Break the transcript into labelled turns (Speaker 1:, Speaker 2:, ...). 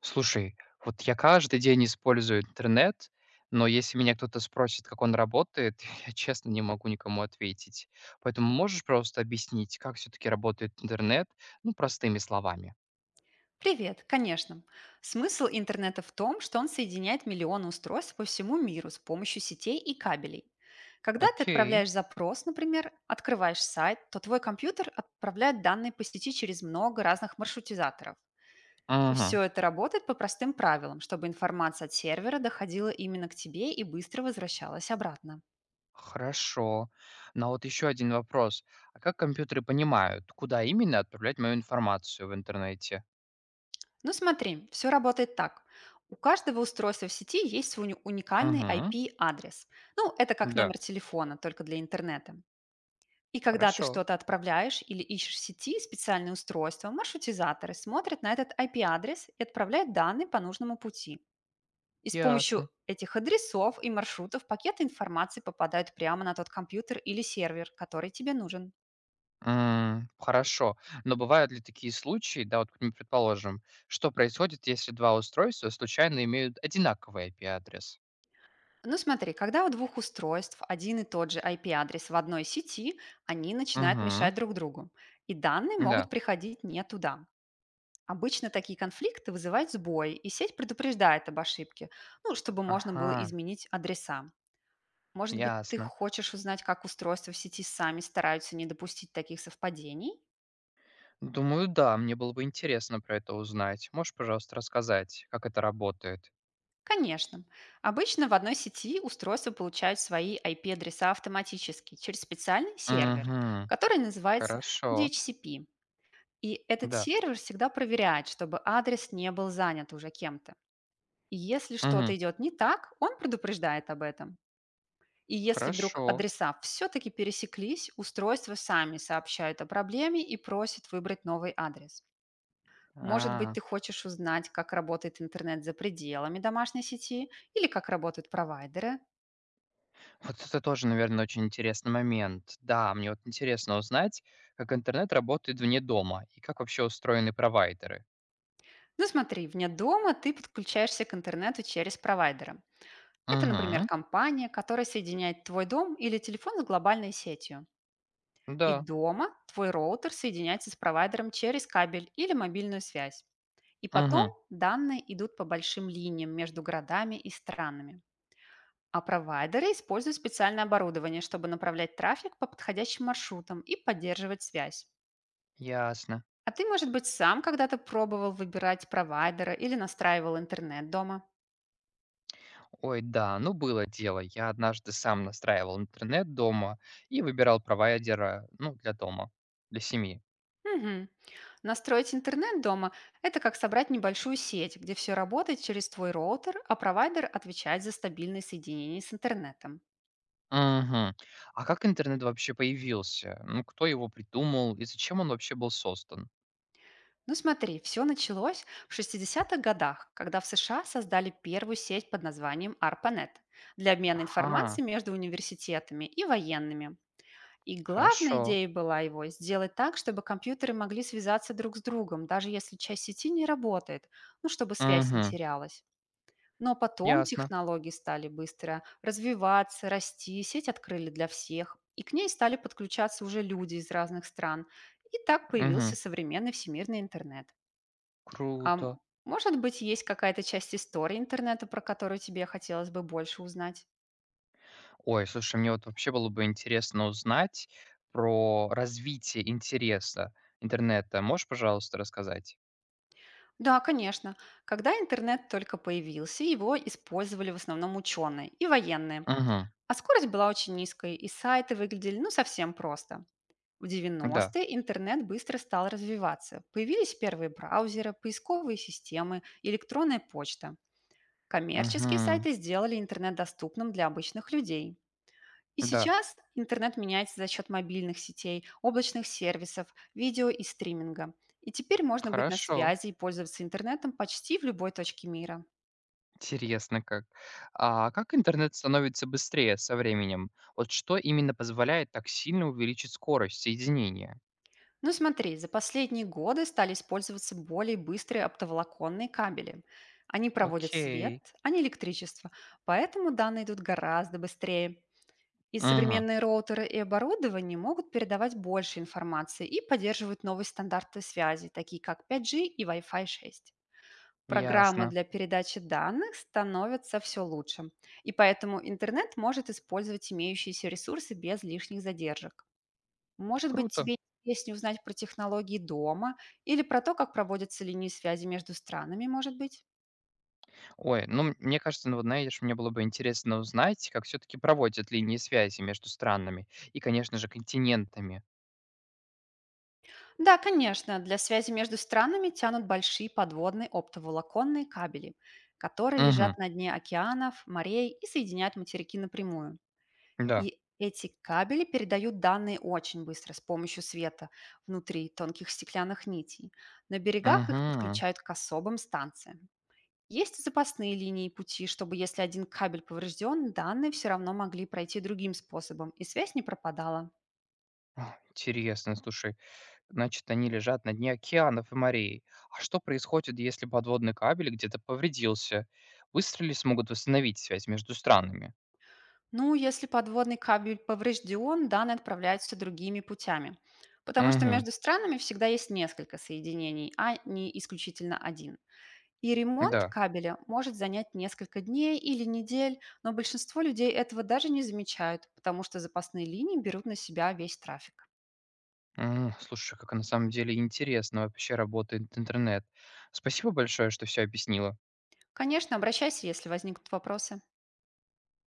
Speaker 1: Слушай, вот я каждый день использую интернет, но если меня кто-то спросит, как он работает, я честно не могу никому ответить. Поэтому можешь просто объяснить, как все-таки работает интернет, ну, простыми словами.
Speaker 2: Привет, конечно. Смысл интернета в том, что он соединяет миллионы устройств по всему миру с помощью сетей и кабелей. Когда ты
Speaker 1: Окей.
Speaker 2: отправляешь запрос, например, открываешь сайт, то твой компьютер отправляет данные по сети через много разных маршрутизаторов. И
Speaker 1: Ага.
Speaker 2: все это работает по простым правилам, чтобы информация от сервера доходила именно к тебе и быстро возвращалась обратно.
Speaker 1: Хорошо. Но вот еще один вопрос. А как компьютеры понимают, куда именно отправлять мою информацию в интернете?
Speaker 2: Ну смотри, все работает так. У каждого устройства в сети есть свой уникальный
Speaker 1: Угу.
Speaker 2: IP-адрес. Ну, это как
Speaker 1: Да.
Speaker 2: номер телефона, только для интернета. И когда ты
Speaker 1: Хорошо.
Speaker 2: что-то отправляешь или ищешь в сети специальные устройства, маршрутизаторы смотрят на этот IP-адрес и отправляют данные по нужному пути. И с помощью
Speaker 1: Ясно.
Speaker 2: этих адресов и маршрутов пакеты информации попадают прямо на тот компьютер или сервер, который тебе нужен.
Speaker 1: Хорошо. Но бывают ли такие случаи, да, вот мы предположим, что происходит, если два устройства случайно имеют одинаковый IP-адрес?
Speaker 2: Ну смотри, когда у двух устройств один и тот же IP-адрес в одной сети, они начинают
Speaker 1: Мгм.
Speaker 2: мешать друг другу, и данные могут
Speaker 1: Да.
Speaker 2: приходить не туда. Обычно такие конфликты вызывают сбой, и сеть предупреждает об ошибке, ну, чтобы можно было
Speaker 1: Ага,
Speaker 2: изменить адреса. Может быть, ты
Speaker 1: ясно.
Speaker 2: хочешь узнать, как устройства в сети сами стараются не допустить таких совпадений?
Speaker 1: Думаю, да, мне было бы интересно про это узнать. Можешь, пожалуйста, рассказать, как это работает?
Speaker 2: Конечно. Обычно в одной сети устройства получают свои IP-адреса автоматически через специальный сервер,
Speaker 1: Угу.
Speaker 2: который называется
Speaker 1: Хорошо.
Speaker 2: DHCP. И этот
Speaker 1: Да.
Speaker 2: сервер всегда проверяет, чтобы адрес не был занят уже кем-то. И если что-то
Speaker 1: Угу.
Speaker 2: идет не так, он предупреждает об этом. И если вдруг
Speaker 1: Хорошо.
Speaker 2: адреса все-таки пересеклись, устройства сами сообщают о проблеме и просят выбрать новый адрес. Может быть,
Speaker 1: А.
Speaker 2: ты хочешь узнать, как работает интернет за пределами домашней сети или как работают провайдеры?
Speaker 1: Вот это тоже, наверное, очень интересный момент. Да, мне вот интересно узнать, как интернет работает вне дома и как вообще устроены провайдеры.
Speaker 2: Ну смотри, вне дома ты подключаешься к интернету через провайдера. Это, например,
Speaker 1: Угу.
Speaker 2: компания, которая соединяет твой дом или телефон с глобальной сетью. И
Speaker 1: Да.
Speaker 2: дома твой роутер соединяется с провайдером через кабель или мобильную связь. И потом
Speaker 1: Угу.
Speaker 2: данные идут по большим линиям между городами и странами. А провайдеры используют специальное оборудование, чтобы направлять трафик по подходящим маршрутам и поддерживать связь.
Speaker 1: Ясно.
Speaker 2: А ты, может быть, сам когда-то пробовал выбирать провайдера или настраивал интернет дома?
Speaker 1: Ну было дело. Я однажды сам настраивал интернет дома и выбирал провайдера, для дома, для семьи.
Speaker 2: Мгм. Настроить интернет дома — это как собрать небольшую сеть, где все работает через твой роутер, а провайдер отвечает за стабильное соединение с интернетом.
Speaker 1: Угу. А как интернет вообще появился? Ну, кто его придумал и зачем он вообще был создан?
Speaker 2: Ну смотри, все началось в 60-х годах, когда в США создали первую сеть под названием ARPANET для обмена
Speaker 1: Ага,
Speaker 2: информацией между университетами и военными. И главная
Speaker 1: хорошо.
Speaker 2: идея была его сделать так, чтобы компьютеры могли связаться друг с другом, даже если часть сети не работает, ну, чтобы связь не
Speaker 1: Угу.
Speaker 2: терялась. Но потом
Speaker 1: Ясно.
Speaker 2: технологии стали быстро развиваться, расти, сеть открыли для всех, и к ней стали подключаться уже люди из разных стран. И так появился
Speaker 1: Угу.
Speaker 2: современный всемирный интернет. А м,
Speaker 1: Круто.
Speaker 2: Может быть, есть какая-то часть истории интернета, про которую тебе хотелось бы больше узнать?
Speaker 1: Ой, слушай, мне вот вообще было бы интересно узнать про развитие интереса интернета. Можешь, пожалуйста, рассказать?
Speaker 2: Да, конечно. Когда интернет только появился, его использовали в основном ученые и военные.
Speaker 1: Мгм.
Speaker 2: А скорость была очень низкой, и сайты выглядели ну совсем просто. В
Speaker 1: Да.
Speaker 2: девяностые интернет быстро стал развиваться. Появились первые браузеры, поисковые системы, электронная почта. Коммерческие
Speaker 1: Мгм.
Speaker 2: сайты сделали интернет доступным для обычных людей. И
Speaker 1: Да.
Speaker 2: сейчас интернет меняется за счет мобильных сетей, облачных сервисов, видео и стриминга. И теперь можно быть на
Speaker 1: Хорошо.
Speaker 2: связи и пользоваться интернетом почти в любой точке мира.
Speaker 1: Интересно как. А как интернет становится быстрее со временем? Вот что именно позволяет так сильно увеличить скорость соединения?
Speaker 2: Ну смотри, за последние годы стали использоваться более быстрые оптоволоконные кабели. Они проводят
Speaker 1: Окей.
Speaker 2: свет, а не электричество, поэтому данные идут гораздо быстрее. И
Speaker 1: Мгм.
Speaker 2: современные роутеры и оборудование могут передавать больше информации и поддерживают новые стандарты связи, такие как 5G и Wi-Fi 6. Программы
Speaker 1: Ясно.
Speaker 2: для передачи данных становятся все лучше, и поэтому интернет может использовать имеющиеся ресурсы без лишних задержек. Может быть,
Speaker 1: Круто.
Speaker 2: тебе интереснее узнать про технологии дома или про то, как проводятся линии связи между странами, может быть?
Speaker 1: Мне кажется, вот знаешь, мне было бы интересно узнать, как все таки проводят линии связи между странами и, конечно же, континентами.
Speaker 2: Да, конечно, для связи между странами тянут большие подводные оптоволоконные кабели, которые
Speaker 1: Мгм.
Speaker 2: лежат на дне океанов, морей и соединяют материки напрямую.
Speaker 1: Да.
Speaker 2: И эти кабели передают данные очень быстро с помощью света внутри тонких стеклянных нитей. На берегах их
Speaker 1: Мгм.
Speaker 2: подключают к особым станциям. Есть запасные линии пути, чтобы если один кабель поврежден, данные все равно могли пройти другим способом, и связь не пропадала.
Speaker 1: А, интересно, слушай. Значит, они лежат на дне океанов и морей. А что происходит, если подводный кабель где-то повредился? Быстро ли смогут восстановить связь между странами?
Speaker 2: Ну, если подводный кабель поврежден, данные отправляются другими путями, потому что
Speaker 1: Мгм.
Speaker 2: между странами всегда есть несколько соединений, а не исключительно один. И ремонт
Speaker 1: Да.
Speaker 2: кабеля может занять несколько дней или недель, но большинство людей этого даже не замечают, потому что запасные линии берут на себя весь трафик.
Speaker 1: Слушай, как на самом деле интересно вообще работает интернет. Спасибо большое, что все объяснила.
Speaker 2: Конечно, обращайся, если возникнут вопросы.